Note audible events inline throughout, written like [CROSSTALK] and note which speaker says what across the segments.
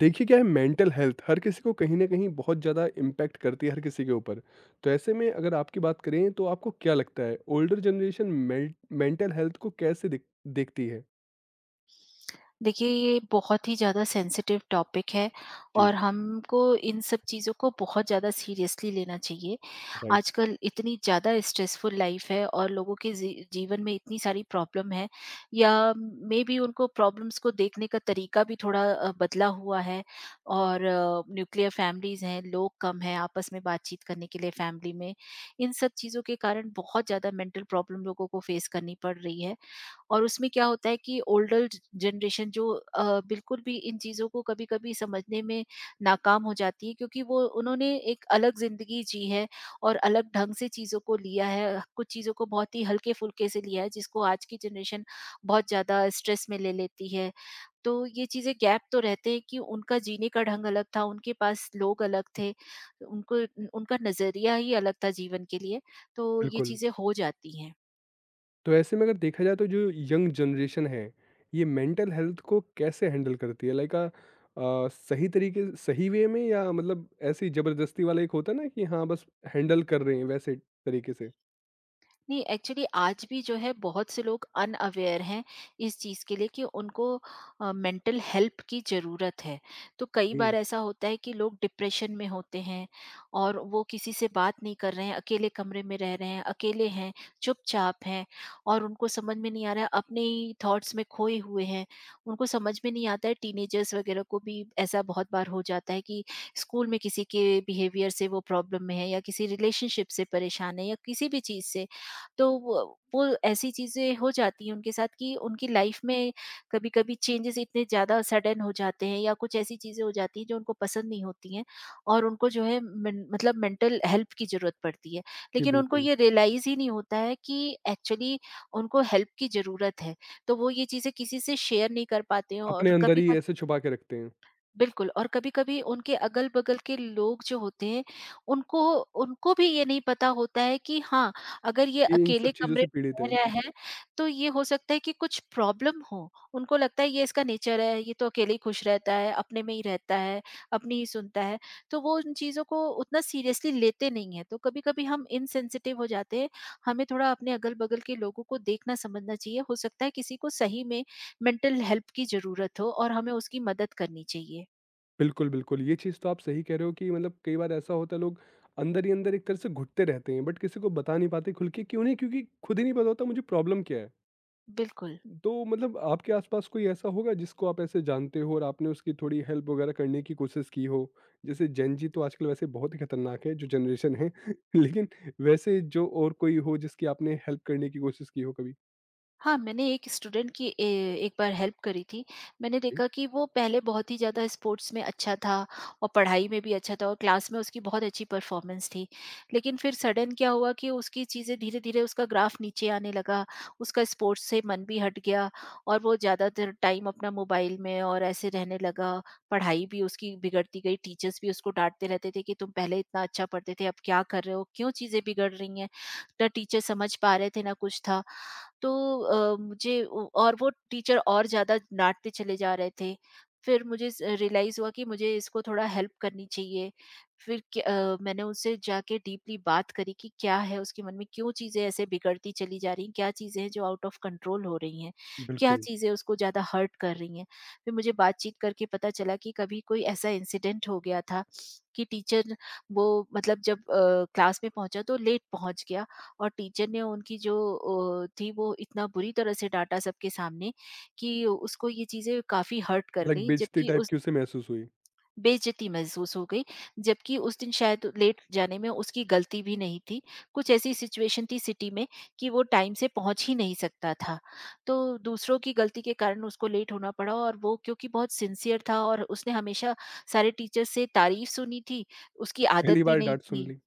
Speaker 1: देखिए क्या है, मेंटल हेल्थ हर किसी को कहीं ना कहीं बहुत ज़्यादा इम्पैक्ट करती है, हर किसी के ऊपर। तो ऐसे में अगर आपकी बात करें तो आपको क्या लगता है ओल्डर जनरेशन मेंटल हेल्थ को कैसे देखती है?
Speaker 2: देखिए, ये बहुत ही ज़्यादा सेंसिटिव टॉपिक है
Speaker 1: जी।
Speaker 2: और हमको इन सब चीज़ों को बहुत ज़्यादा सीरियसली लेना चाहिए।
Speaker 1: राइट।
Speaker 2: आजकल इतनी ज़्यादा स्ट्रेसफुल लाइफ़ है और लोगों के जीवन में इतनी सारी प्रॉब्लम है या मेबी उनको प्रॉब्लम्स को देखने का तरीका भी थोड़ा बदला हुआ है और न्यूक्लियर फैमिलीज़ हैं, लोग कम हैं आपस में बातचीत करने के लिए फैमिली में। इन सब चीज़ों के कारण बहुत ज़्यादा मेंटल प्रॉब्लम लोगों को फेस करनी पड़ रही है। और उसमें क्या होता है कि ओल्डर जनरेशन जो बिल्कुल भी इन चीज़ों को कभी-कभी समझने में नाकाम हो जाती है क्योंकि वो उन्होंने एक अलग ज़िंदगी जी है और अलग ढंग से चीज़ों को लिया है, कुछ चीज़ों को बहुत ही हल्के-फुल्के से लिया है जिसको आज की जनरेशन बहुत ज़्यादा स्ट्रेस में ले लेती है। तो ये चीज़ें गैप तो रहते हैं कि उनका जीने का ढंग अलग था, उनके पास लोग अलग थे, उनको उनका नज़रिया ही अलग था जीवन के लिए, तो ये
Speaker 1: बिल्कुल।
Speaker 2: चीज़ें हो जाती हैं।
Speaker 1: तो ऐसे में अगर देखा जाए तो जो यंग जनरेशन है ये मेंटल हेल्थ को कैसे हैंडल करती है? लाइक सही तरीके, सही वे में, या मतलब ऐसी ज़बरदस्ती वाला एक होता है ना कि हाँ बस हैंडल कर रहे हैं, वैसे तरीके से।
Speaker 2: नहीं, एक्चुअली आज भी जो है बहुत से लोग अनअवेयर हैं इस चीज़ के लिए कि उनको मेंटल हेल्प की ज़रूरत है। तो कई बार
Speaker 1: जी।
Speaker 2: ऐसा होता है कि लोग डिप्रेशन में होते हैं और वो किसी से बात नहीं कर रहे हैं, अकेले कमरे में रह रहे हैं, अकेले हैं, चुपचाप हैं और उनको समझ में नहीं आ रहा है, अपने ही थॉट्स में खोए हुए हैं। उनको समझ में नहीं आता है, टीनेजर्स वगैरह को भी ऐसा बहुत बार हो जाता है कि स्कूल में किसी के बिहेवियर से वो प्रॉब्लम में है या किसी रिलेशनशिप से परेशान है या किसी भी चीज़ से, तो वो ऐसी चीज़ें हो जाती हैं उनके साथ कि उनकी लाइफ में कभी-कभी चेंजेस इतने ज़्यादा सडन हो जाते हैं या कुछ ऐसी चीज़ें हो जाती हैं जो उनको पसंद नहीं होती हैं और उनको जो है मेन मतलब मेंटल हेल्प की ज़रूरत पड़ती है।
Speaker 1: जी।
Speaker 2: लेकिन उनको
Speaker 1: बिल्कुल।
Speaker 2: ये रियलाइज़ ही नहीं होता है कि एक्चुअली उनको हेल्प की ज़रूरत है। तो वो ये चीज़ें किसी से शेयर नहीं कर पाते हैं
Speaker 1: अपने
Speaker 2: और
Speaker 1: अंदर ही
Speaker 2: कभी-कभी।
Speaker 1: ऐसे छुपा के रखते हैं।
Speaker 2: बिल्कुल। और कभी-कभी उनके अगल-बगल के लोग जो होते हैं, उनको उनको भी ये नहीं पता होता है कि हाँ, अगर ये
Speaker 1: ये इन
Speaker 2: अकेले
Speaker 1: सब चीज़ों
Speaker 2: कमरे
Speaker 1: से पीड़ित
Speaker 2: में रह
Speaker 1: है।
Speaker 2: रहा है, तो ये हो सकता है कि कुछ प्रॉब्लम हो। उनको लगता है ये इसका नेचर है, ये तो अकेले ही खुश रहता है, अपने में ही रहता है, अपनी ही सुनता है। तो वो उन चीज़ों को उतना सीरियसली लेते नहीं हैं। तो कभी-कभी हम इनसेंसिटिव हो जाते हैं। हमें थोड़ा अपने अगल-बगल के लोगों को देखना समझना चाहिए। हो सकता है किसी को सही में मेंटल हेल्प की ज़रूरत हो और हमें उसकी मदद करनी चाहिए।
Speaker 1: बिल्कुल, बिल्कुल, ये चीज़ तो आप सही कह रहे हो कि मतलब कई बार ऐसा होता है लोग अंदर ही अंदर एक तरह से घुटते रहते हैं, बट किसी को बता नहीं पाते, खुल के क्यों नहीं? क्योंकि खुद ही नहीं पता होता मुझे प्रॉब्लम क्या है।
Speaker 2: बिल्कुल।
Speaker 1: तो मतलब आपके आसपास कोई ऐसा होगा जिसको आप ऐसे जानते हो और आपने उसकी थोड़ी हेल्प वगैरह करने की कोशिश की हो? जैसे जेन जी तो आजकल वैसे बहुत ही खतरनाक है जो जनरेशन है [LAUGHS] लेकिन वैसे जो और कोई हो जिसकी आपने हेल्प करने की कोशिश की हो कभी?
Speaker 2: हाँ, मैंने एक स्टूडेंट की ए एक बार हेल्प करी थी। मैंने
Speaker 1: जी।
Speaker 2: देखा कि वो पहले बहुत ही ज़्यादा स्पोर्ट्स में अच्छा था और पढ़ाई में भी अच्छा था और क्लास में उसकी बहुत अच्छी परफ़ॉर्मेंस थी। लेकिन फिर सडन क्या हुआ कि उसकी चीज़ें धीरे-धीरे, उसका ग्राफ नीचे आने लगा, उसका स्पोर्ट्स से मन भी हट गया और वो ज़्यादातर टाइम अपना मोबाइल में और ऐसे रहने लगा। पढ़ाई भी उसकी बिगड़ती गई, टीचर्स भी उसको डाँटते रहते थे कि तुम पहले इतना अच्छा पढ़ते थे, अब क्या कर रहे हो? क्यों चीज़ें बिगड़ रही हैं? ना टीचर समझ पा रहे थे, ना कुछ था। तो अ, मुझे ओ और वो टीचर और ज़्यादा डाँटते चले जा रहे थे। फिर मुझे स रियलाइज़ हुआ कि मुझे इसको थोड़ा हेल्प करनी चाहिए। फिर मैंने उससे जाके डीपली बात करी कि क्या है उसके मन में, क्यों चीज़ें ऐसे बिगड़ती चली जा रही हैं, क्या चीज़ें हैं जो आउट ऑफ कंट्रोल हो रही हैं, क्या
Speaker 1: बिल्कुल।
Speaker 2: चीज़ें उसको ज़्यादा हर्ट कर रही हैं। फिर मुझे बातचीत करके पता चला कि कभी कोई ऐसा इंसिडेंट हो गया था कि टीचर, वो मतलब जब क्लास में पहुँचा तो लेट पहुँच गया और टीचर ने उनकी जो थी, वो इतना बुरी तरह से डाँटा सबके सामने कि उसको ये चीज़ें काफ़ी हर्ट कर
Speaker 1: लाइक
Speaker 2: गईं।
Speaker 1: बेइज्जती
Speaker 2: जबकि
Speaker 1: टाइप
Speaker 2: उस
Speaker 1: की उसे महसूस हुई।
Speaker 2: बेइज्जती महसूस हो गई, जबकि उस दिन शायद लेट जाने में उसकी गलती भी नहीं थी। कुछ ऐसी सिचुएशन थी सिटी में कि वो टाइम से पहुँच ही नहीं सकता था। तो दूसरों की गलती के कारण उसको लेट होना पड़ा और वो क्योंकि बहुत सिंसियर था और उसने हमेशा सारे टीचर्स से तारीफ़ सुनी थी, उसकी आदत
Speaker 1: पहली
Speaker 2: भी
Speaker 1: बार
Speaker 2: नहीं
Speaker 1: डाँट सुन
Speaker 2: थी।
Speaker 1: ली।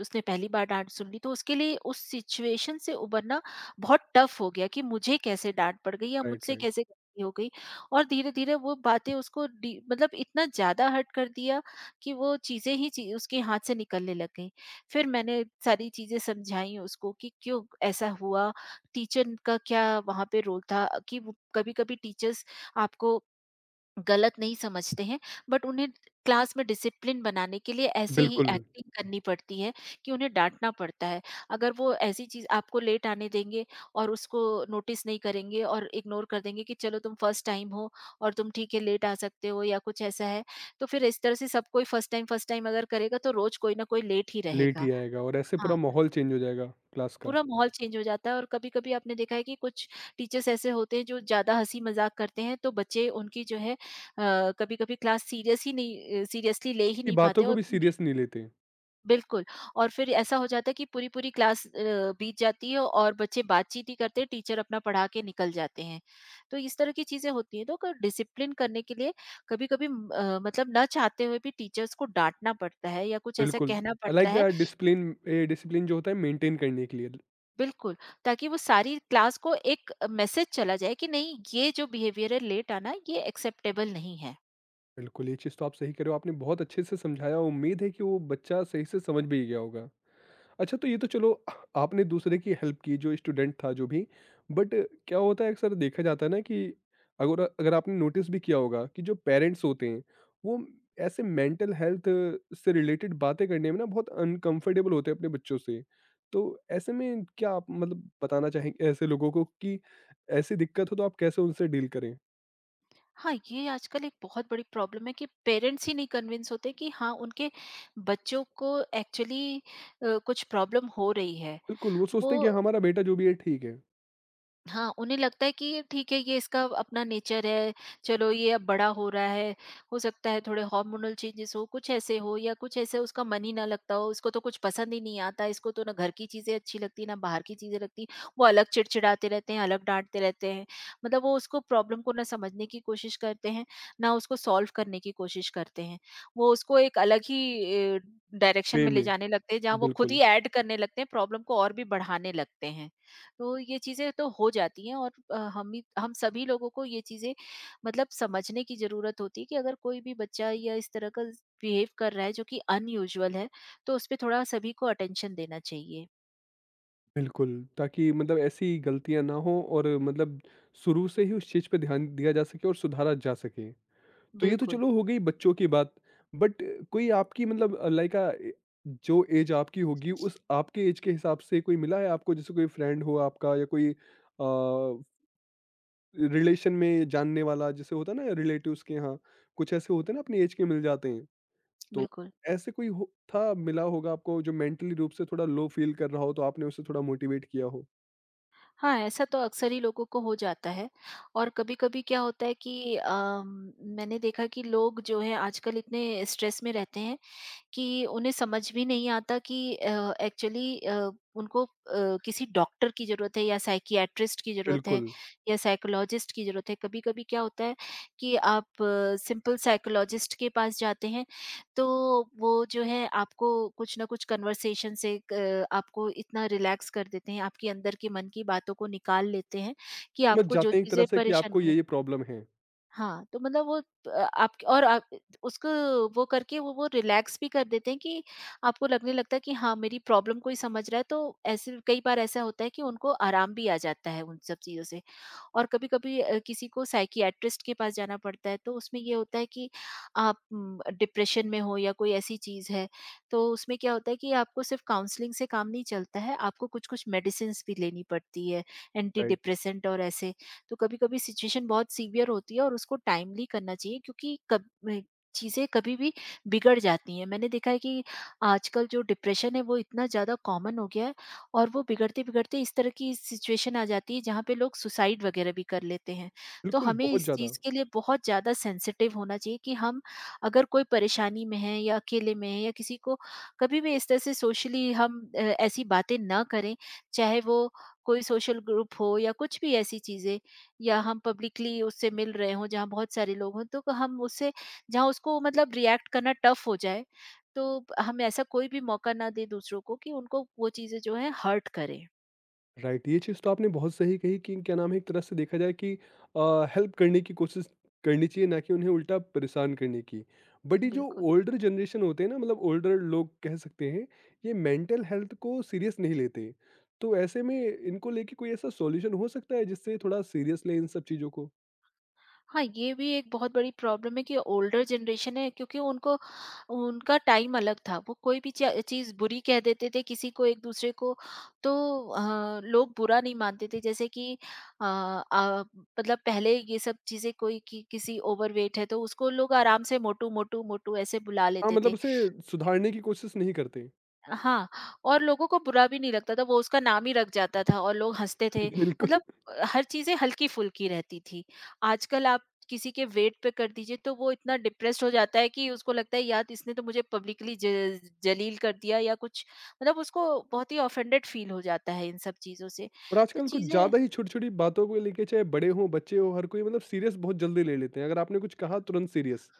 Speaker 2: उसने पहली बार डाँट सुन ली तो उसके लिए उस सिचुएशन से उबरना बहुत टफ हो गया कि मुझे कैसे डाँट पड़ गई या
Speaker 1: राइट,
Speaker 2: मुझसे
Speaker 1: राइट।
Speaker 2: कैसे गलती हो गई। और धीरे-धीरे वो बातें उसको डी मतलब इतना ज़्यादा हर्ट कर दिया कि वो चीज़ें ही ची उसके हाथ से निकलने लग गईं। फिर मैंने सारी चीज़ें समझाई उसको कि क्यों ऐसा हुआ, टीचर का क्या वहाँ पे रोल था, कि वो कभी-कभी टीचर्स आपको गलत नहीं समझते हैं बट उन्हें क्लास में डिसिप्लिन बनाने के लिए ऐसे ही
Speaker 1: बिल्कुल।
Speaker 2: एक्टिंग करनी पड़ती है कि उन्हें डांटना पड़ता है। अगर वो ऐसी चीज आपको लेट आने देंगे और उसको नोटिस नहीं करेंगे और इग्नोर कर देंगे कि चलो तुम फर्स्ट टाइम हो और तुम ठीक है, लेट आ सकते हो या कुछ ऐसा है, तो फिर इस तरह से सब कोई फर्स्ट टाइम अगर करेगा तो रोज कोई ना कोई लेट ही
Speaker 1: लेट
Speaker 2: रहेगा।
Speaker 1: ही आएगा और ऐसे
Speaker 2: हाँ,
Speaker 1: पूरा माहौल चेंज हो जाएगा, क्लास का।
Speaker 2: पूरा माहौल चेंज हो जाता है और कभी-कभी आपने देखा है कि कुछ टीचर्स ऐसे होते हैं जो ज़्यादा हँसी-मज़ाक करते हैं, तो बच्चे उनकी जो है कभी-कभी क्लास सीरियस ही नहीं, सीरियसली ले ही
Speaker 1: कि
Speaker 2: नहीं पाते
Speaker 1: बातों को
Speaker 2: और
Speaker 1: भी सीरियस नहीं लेते।
Speaker 2: बिल्कुल। और फिर ऐसा हो जाता है कि पूरी-पूरी क्लास बीत जाती है और बच्चे बातचीत ही करते हैं, टीचर अपना पढ़ा के निकल जाते हैं। तो इस तरह की चीज़ें होती हैं, तो क डिसिप्लिन करने के लिए कभी-कभी मतलब ना चाहते हुए भी टीचर्स को डाँटना पड़ता है या कुछ ऐसा
Speaker 1: बिल्कुल,
Speaker 2: कहना पड़ता
Speaker 1: लाइक
Speaker 2: है।
Speaker 1: डिसिप्लिन ए डिसिप्लिन जो होता है मेंटेन करने के लिए।
Speaker 2: बिल्कुल, ताकि वो सारी क्लास को एक मैसेज चला जाए कि नहीं, ये जो बिहेवियर है लेट आना, ये एक्सेप्टेबल नहीं है।
Speaker 1: बिल्कुल, ये चीज़ तो आप सही कह रहे हो, आपने बहुत अच्छे से समझाया, उम्मीद है कि वो बच्चा सही से समझ भी गया होगा। अच्छा तो ये तो चलो, आपने दूसरे की हेल्प की जो स्टूडेंट था जो भी, बट क्या होता है अक्सर देखा जाता है ना कि अगर अगर आपने नोटिस भी किया होगा कि जो पेरेंट्स होते हैं वो ऐसे मेंटल हेल्थ से रिलेटेड बातें करने में ना बहुत अनकंफर्टेबल होते हैं अपने बच्चों से। तो ऐसे में क्या आप मतलब बताना चाहेंगे ऐसे लोगों को कि ऐसी दिक्कत हो तो आप कैसे उनसे डील करें?
Speaker 2: हाँ, ये आजकल एक बहुत बड़ी प्रॉब्लम है कि पेरेंट्स ही नहीं कन्विंस होते कि हाँ, उनके बच्चों को एक्चुअली कुछ प्रॉब्लम हो रही है।
Speaker 1: बिल्कुल, वो
Speaker 2: वो
Speaker 1: सोचते हैं कि हमारा बेटा जो भी है ठीक है।
Speaker 2: हाँ, उन्हें लगता है कि ये ठीक है, ये इसका अपना नेचर है, चलो ये अब बड़ा हो रहा है, हो सकता है थोड़े हार्मोनल चेंजेस हो, कुछ ऐसे हो या कुछ ऐसे उसका मन ही ना लगता हो, इसको तो कुछ पसंद ही नहीं आता, इसको तो ना घर की चीज़ें अच्छी लगती, ना बाहर की चीज़ें लगती, वो अलग चिड़चिड़ाते रहते हैं, अलग डाँटते रहते हैं। मतलब वो उसको, प्रॉब्लम को ना समझने की कोशिश करते हैं, ना उसको सॉल्व करने की कोशिश करते हैं। वो उसको एक अलग ही डायरेक्शन
Speaker 1: वे
Speaker 2: में ले
Speaker 1: में।
Speaker 2: जाने लगते हैं, जहाँ वो खुद
Speaker 1: बिल्कुल।
Speaker 2: ही ऐड करने लगते हैं, प्रॉब्लम को और भी बढ़ाने लगते हैं। तो ये चीज़ें तो हो जाती हैं और हम सभी लोगों को ये चीज़ें मतलब समझने की ज़रूरत होती है कि अगर कोई भी बच्चा या इस तरह का बिहेव कर रहा है जो कि अनयूजुअल है, तो उस पे थोड़ा सभी को अटेंशन देना चाहिए।
Speaker 1: बिल्कुल, ताकि मतलब ऐसी गलतियाँ ना हो और मतलब शुरू से ही उस चीज़ पे ध्यान दिया जा सके और सुधारा जा सके। तो ये तो
Speaker 2: बिल्कुल,
Speaker 1: चलो हो गई बच्चों की बात, बट कोई आपकी मतलब लाइक जो ऐज आपकी होगी उस आपके ऐज के हिसाब से कोई मिला है आपको? जैसे कोई फ्रेंड हो आपका या कोई रिलेशन में जानने वाला, जैसे होता है ना रिलेटिव्स के यहाँ, कुछ ऐसे होते हैं ना अपनी ऐज के मिल जाते हैं। तो
Speaker 2: बिल्कुल।
Speaker 1: ऐसे कोई हो था, मिला होगा आपको जो मेंटली रूप से थोड़ा लो फील कर रहा हो तो आपने उसे थोड़ा मोटिवेट किया हो?
Speaker 2: हाँ, ऐसा तो अक्सर ही लोगों को हो जाता है और कभी-कभी क्या होता है कि मैंने देखा कि लोग जो हैं आजकल इतने स्ट्रेस में रहते हैं कि उन्हें समझ भी नहीं आता कि एक्चुअली उनको किसी डॉक्टर की ज़रूरत है या साइकियाट्रिस्ट की ज़रूरत है
Speaker 1: बिल्कुल।
Speaker 2: या साइकोलॉजिस्ट की ज़रूरत है। कभी-कभी क्या होता है कि आप सिंपल साइकोलॉजिस्ट के पास जाते हैं, तो वो जो है आपको कुछ ना कुछ कन्वर्सेशन से क आपको इतना रिलैक्स कर देते हैं, आपके अंदर के मन की बातों को निकाल लेते हैं कि
Speaker 1: समझ
Speaker 2: आपको जो
Speaker 1: जाते हैं एक तरह
Speaker 2: चीज़ें
Speaker 1: से कि
Speaker 2: परेशान
Speaker 1: आपको
Speaker 2: करें,
Speaker 1: ये-ये प्रॉब्लम है।
Speaker 2: हाँ, तो मतलब वो आप और आप उसको वो करके वो रिलैक्स भी कर देते हैं कि आपको लगने लगता है कि हाँ, मेरी प्रॉब्लम कोई समझ रहा है, तो ऐसे कई बार ऐसा होता है कि उनको आराम भी आ जाता है उन सब चीज़ों से। और कभी-कभी किसी को साइकियाट्रिस्ट के पास जाना पड़ता है, तो उसमें ये होता है कि आप डिप्रेशन में हो या कोई ऐसी चीज़ है, तो उसमें क्या होता है कि आपको सिर्फ काउंसलिंग से काम नहीं चलता है, आपको कुछ-कुछ मेडिसिन्स भी लेनी पड़ती है, एंटी
Speaker 1: राइट।
Speaker 2: डिप्रेसेंट और ऐसे। तो कभी-कभी सिचुएशन बहुत सीवियर होती है और उसको टाइमली करना चाहिए क्योंकि कब अ, चीज़ें कभी भी बिगड़ जाती हैं। मैंने देखा है कि आजकल जो डिप्रेशन है, वो इतना ज़्यादा कॉमन हो गया है और वो बिगड़ते-बिगड़ते इस तरह की सिचुएशन आ जाती है जहाँ पे लोग सुसाइड वगैरह भी कर लेते हैं। तो
Speaker 1: बिल्कुल,
Speaker 2: हमें
Speaker 1: बहुत
Speaker 2: इस
Speaker 1: ज़्यादा।
Speaker 2: चीज़ के लिए बहुत ज़्यादा सेंसिटिव होना चाहिए कि हम अगर कोई परेशानी में हैं या अकेले में हैं या किसी को कभी भी इस तरह से सोशली हम ऐसी बातें ना करें, चाहे वो कोई सोशल ग्रुप हो या कुछ भी ऐसी चीज़ें या हम पब्लिकली उससे मिल रहे हों जहाँ बहुत सारे लोग हों, तो हम उससे, जहाँ उसको मतलब रिएक्ट करना टफ हो जाए, तो हम ऐसा कोई भी मौका ना दें दूसरों को कि उनको वो चीज़ें जो है हर्ट करें।
Speaker 1: राइट। ये चीज़ तो आपने बहुत सही कही कि क्या नाम है, एक तरह से देखा जाए कि अ, हेल्प करने की कोशिश करनी चाहिए, ना कि उन्हें उल्टा परेशान करने की। बट ये जो
Speaker 2: बिल्कुल।
Speaker 1: ओल्डर जनरेशन होते हैं ना, मतलब ओल्डर लोग कह सकते हैं, ये मेंटल हेल्थ को सीरियस नहीं लेते। तो ऐसे में इनको लेके कोई ऐसा सॉल्यूशन हो सकता है जिससे थोड़ा सीरियस लें इन सब चीज़ों को?
Speaker 2: हाँ, ये भी एक बहुत बड़ी प्रॉब्लम है कि ओल्डर जनरेशन है, क्योंकि उनको, उनका टाइम अलग था। वो कोई भी च चीज़ बुरी कह देते थे किसी को, एक-दूसरे को। तो लोग बुरा नहीं मानते थे। जैसे कि अ अ, मतलब पहले ये सब चीज़ें, कोई कि किसी ओवरवेट है तो उसको लोग आराम से मोटू, मोटू, मोटू ऐसे बुला
Speaker 1: हाँ,
Speaker 2: लेते थे।
Speaker 1: मतलब उसे सुधारने की कोशिश नहीं करते।
Speaker 2: हाँ, और लोगों को बुरा भी नहीं लगता था, वो उसका नाम ही रख जाता था और लोग हँसते थे।
Speaker 1: [LAUGHS]
Speaker 2: मतलब
Speaker 1: बिल्कुल।
Speaker 2: हर चीज़ें हल्की-फुल्की रहती थी। आजकल आप किसी के वेट पे कर दीजिए तो वो इतना डिप्रेस्ड हो जाता है कि उसको लगता है, यार इसने तो मुझे पब्लिकली ज जलील कर दिया या कुछ, मतलब उसको बहुत ही ऑफेंडेड फील हो जाता है इन सब चीज़ों से।
Speaker 1: और
Speaker 2: तो
Speaker 1: आजकल कुछ
Speaker 2: चीज़ें,
Speaker 1: ज़्यादा ही छोटी-छोटी बातों को लेके चाहे बड़े हों, बच्चे हों, हर कोई मतलब सीरियस बहुत जल्दी ले लेते हैं। अगर आपने कुछ कहा तुरंत सीरियस।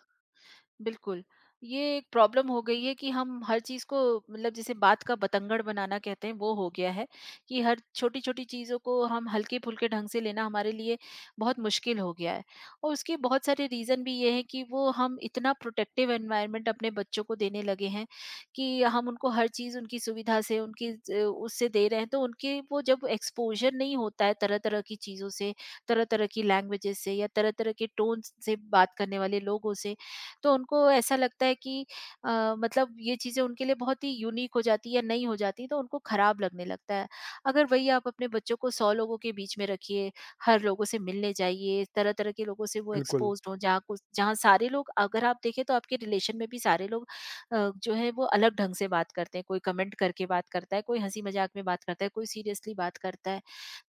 Speaker 2: बिल्कुल, ये एक प्रॉब्लम हो गई है कि हम हर चीज़ को, मतलब जिसे बात का बतंगड़ बनाना कहते हैं, वो हो गया है कि हर छोटी-छोटी चीज़ों को हम हल्के-फुल्के ढंग से लेना हमारे लिए बहुत मुश्किल हो गया है। और उसके बहुत सारे रीज़न भी ये हैं कि वो हम इतना प्रोटेक्टिव एनवायरनमेंट अपने बच्चों को देने लगे हैं कि हम उनको हर चीज़ उनकी सुविधा से, उनकी ज उससे दे रहे हैं, तो उनके, वो जब एक्सपोज़र नहीं होता है तरह-तरह की चीज़ों से, तरह-तरह की लैंग्वेजेज़ से या तरह-तरह के टोन्स से बात करने वाले लोगों से, तो उनको ऐसा लगता है कि अ, मतलब ये चीज़ें उनके लिए बहुत ही यूनिक हो जाती है या नई हो जाती है, तो उनको खराब लगने लगता है। अगर वही आप अपने बच्चों को 100 लोगों के बीच में रखिए, हर लोगों से मिलने जाइए, तरह-तरह के लोगों से वो
Speaker 1: बिल्कुल।
Speaker 2: एक्सपोज़्ड हों, जहाँ कुछ, जहाँ सारे लोग, अगर आप देखें तो आपके रिलेशन में भी सारे लोग जो है वो अलग ढंग से बात करते हैं, कोई कमेंट करके बात करता है, कोई हँसी मज़ाक में बात करता है, कोई सीरियसली बात करता है।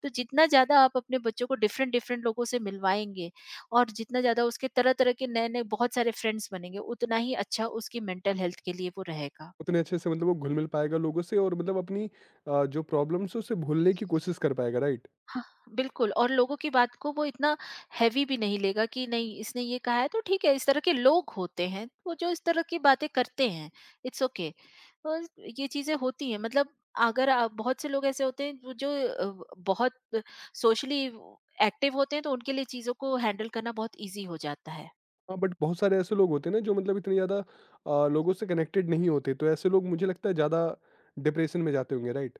Speaker 2: तो जितना ज़्यादा आप अपने बच्चों को डिफरेंट-डिफरेंट लोगों से मिलवाएँगे और जितना ज़्यादा उसके तरह-तरह के नए-नए बहुत सारे फ्रेंड्स बनेंगे, उतना ही अच्छा उसकी मेंटल हेल्थ के लिए वो रहेगा।
Speaker 1: उतने अच्छे से मतलब वो घुल-मिल पाएगा लोगों से और मतलब अपनी जो प्रॉब्लम्स हैं उससे भूलने की कोशिश कर पाएगा, राइट?
Speaker 2: हाँ, बिल्कुल, और लोगों की बात को वो इतना हेवी भी नहीं लेगा कि नहीं, इसने ये कहा है तो ठीक है, इस तरह के लोग होते हैं, वो जो इस तरह की बातें करते हैं, इट्स ओके। और ये चीज़ें होती हैं, मतलब अगर आप, बहुत से लोग ऐसे होते हैं जो जो बहुत सोशली एक्टिव होते हैं, तो उनके लिए चीज़ों को हैंडल करना बहुत ईज़ी हो जाता है।
Speaker 1: हाँ, बट बहुत सारे ऐसे लोग होते हैं ना जो मतलब इतने ज़्यादा लोगों से कनेक्टेड नहीं होते, तो ऐसे लोग मुझे लगता है ज़्यादा डिप्रेशन में जाते होंगे, राइट?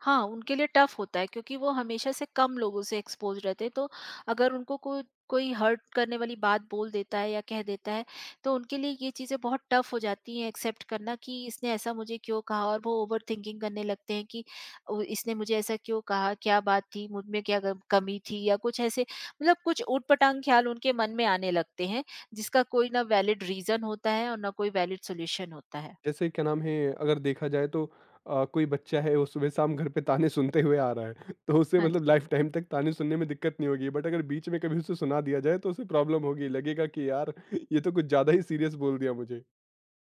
Speaker 2: हाँ, उनके लिए टफ़ होता है, क्योंकि वो हमेशा से कम लोगों से एक्सपोज़ रहते हैं, तो अगर उनको को कोई हर्ट करने वाली बात बोल देता है या कह देता है, तो उनके लिए ये चीज़ें बहुत टफ़ हो जाती हैं एक्सेप्ट करना कि इसने ऐसा मुझे क्यों कहा, और वो ओवरथिंकिंग करने लगते हैं कि इसने मुझे ऐसा क्यों कहा, क्या बात थी, मुझ में क्या ग कमी थी या कुछ ऐसे, मतलब कुछ ऊट-पटांग ख़्याल उनके मन में आने लगते हैं, जिसका कोई ना वैलिड रीज़न होता है और ना कोई वैलिड सॉल्यूशन होता है।
Speaker 1: जैसे क्या नाम है, अगर देखा जाए तो कोई बच्चा है वो सुबह शाम घर पे ताने सुनते हुए आ रहा है [LAUGHS] तो उसे
Speaker 2: हाँ
Speaker 1: मतलब
Speaker 2: जी।
Speaker 1: लाइफ टाइम तक ताने सुनने में दिक्कत नहीं होगी, बट अगर बीच में कभी उसे सुना दिया जाए तो उसे प्रॉब्लम होगी, लगेगा कि यार [LAUGHS] ये तो कुछ ज़्यादा ही सीरियस बोल दिया मुझे।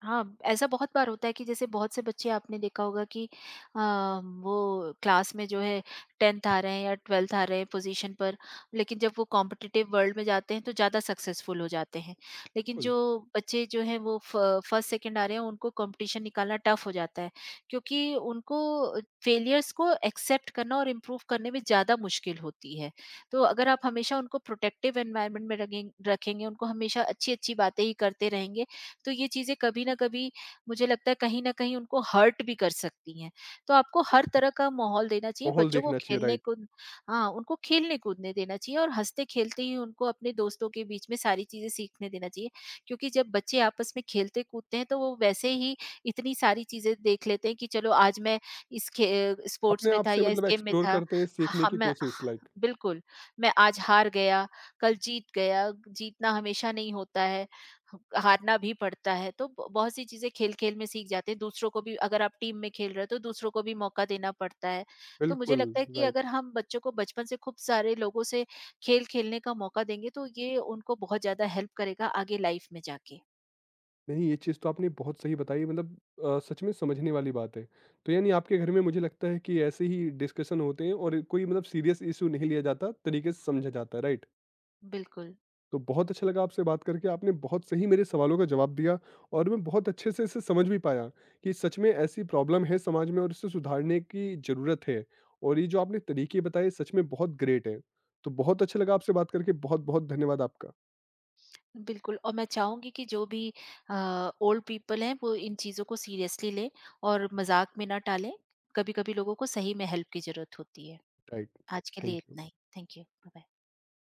Speaker 2: हाँ, ऐसा बहुत बार होता है कि जैसे बहुत से बच्चे आपने देखा होगा कि अ, वो क्लास में जो है, 10th आ रहे हैं या 12th आ रहे हैं पोजीशन पर, लेकिन जब वो कॉम्पिटिटिव वर्ल्ड में जाते हैं तो ज़्यादा सक्सेसफुल हो जाते हैं। लेकिन जो
Speaker 1: बिल्कुल।
Speaker 2: बच्चे जो हैं वो फ फर्स्ट, सेकंड आ रहे हैं, उनको कॉम्पिटिशन निकालना टफ हो जाता है, क्योंकि उनको फेलियर्स को एक्सेप्ट करना और इम्प्रूव करने में ज़्यादा मुश्किल होती है। तो अगर आप हमेशा उनको प्रोटेक्टिव एनवायरनमेंट में रगें रखेंगे, उनको हमेशा अच्छी-अच्छी बातें ही करते रहेंगे, तो ये चीज़ें कभी ना कभी, मुझे लगता है कहीं ना कहीं उनको हर्ट भी कर सकती हैं। तो आपको हर तरह का माहौल देना चाहिए,
Speaker 1: माहौल
Speaker 2: बच्चों को
Speaker 1: देखना चाहिए।
Speaker 2: खेलने
Speaker 1: राइट।
Speaker 2: कूद, हाँ, उनको खेलने कूदने देना चाहिए और हँसते-खेलते ही उनको अपने दोस्तों के बीच में सारी चीज़ें सीखने देना चाहिए। क्योंकि जब बच्चे आपस में खेलते कूदते हैं तो वो वैसे ही इतनी सारी चीज़ें देख लेते हैं कि चलो, आज मैं इस खे स्पोर्ट्स
Speaker 1: अपने
Speaker 2: में
Speaker 1: आप
Speaker 2: था
Speaker 1: से
Speaker 2: या इस
Speaker 1: मतलब
Speaker 2: गेम में
Speaker 1: एक्सप्लोर
Speaker 2: था।
Speaker 1: करते हैं, सीखने
Speaker 2: हाँ,
Speaker 1: की
Speaker 2: मैं
Speaker 1: कोशिश,
Speaker 2: हाँ,
Speaker 1: लाइक।
Speaker 2: बिल्कुल, मैं आज हार गया, कल जीत गया, जीतना हमेशा नहीं होता है। हारना भी पड़ता है, तो बहुत सी चीजें खेल खेल में सीख जाते हैं, दूसरों को भी, अगर आप टीम में खेल रहे हो तो दूसरों को भी मौका देना पड़ता है। तो मुझे
Speaker 1: बिल्कुल।
Speaker 2: लगता है कि
Speaker 1: राइट।
Speaker 2: अगर हम बच्चों को बचपन से खूब सारे लोगों से खेल खेलने का मौका देंगे तो ये उनको बहुत ज्यादा हेल्प करेगा आगे लाइफ में जाके।
Speaker 1: नहीं, ये चीज़ तो आपने बहुत सही बताई, मतलब सच में समझने वाली बात है। तो यानी आपके घर में मुझे लगता है कि ऐसे ही डिस्कशन होते हैं और कोई मतलब सीरियस इश्यू नहीं लिया जाता, तरीके से समझा जाता है, राइट?
Speaker 2: बिल्कुल।
Speaker 1: तो बहुत अच्छा लगा आपसे बात करके, आपने बहुत सही मेरे सवालों का जवाब दिया और मैं बहुत अच्छे से इसे समझ भी पाया कि सच में ऐसी प्रॉब्लम है समाज में और इसे सुधारने की ज़रूरत है और ये जो आपने तरीके बताए सच में बहुत ग्रेट हैं। तो बहुत अच्छा लगा आपसे बात करके, बहुत-बहुत धन्यवाद आपका।
Speaker 2: बिल्कुल, और मैं चाहूंगी कि जो भी ओल्ड पीपल हैं वो इन चीजों को सीरियसली लें और मजाक में ना टालें। कभी कभी लोगों को सही में हेल्प की जरूरत होती है।
Speaker 1: राइट,
Speaker 2: आज के लिए
Speaker 1: थैंक यू।
Speaker 2: इतना ही। Thank you, bye.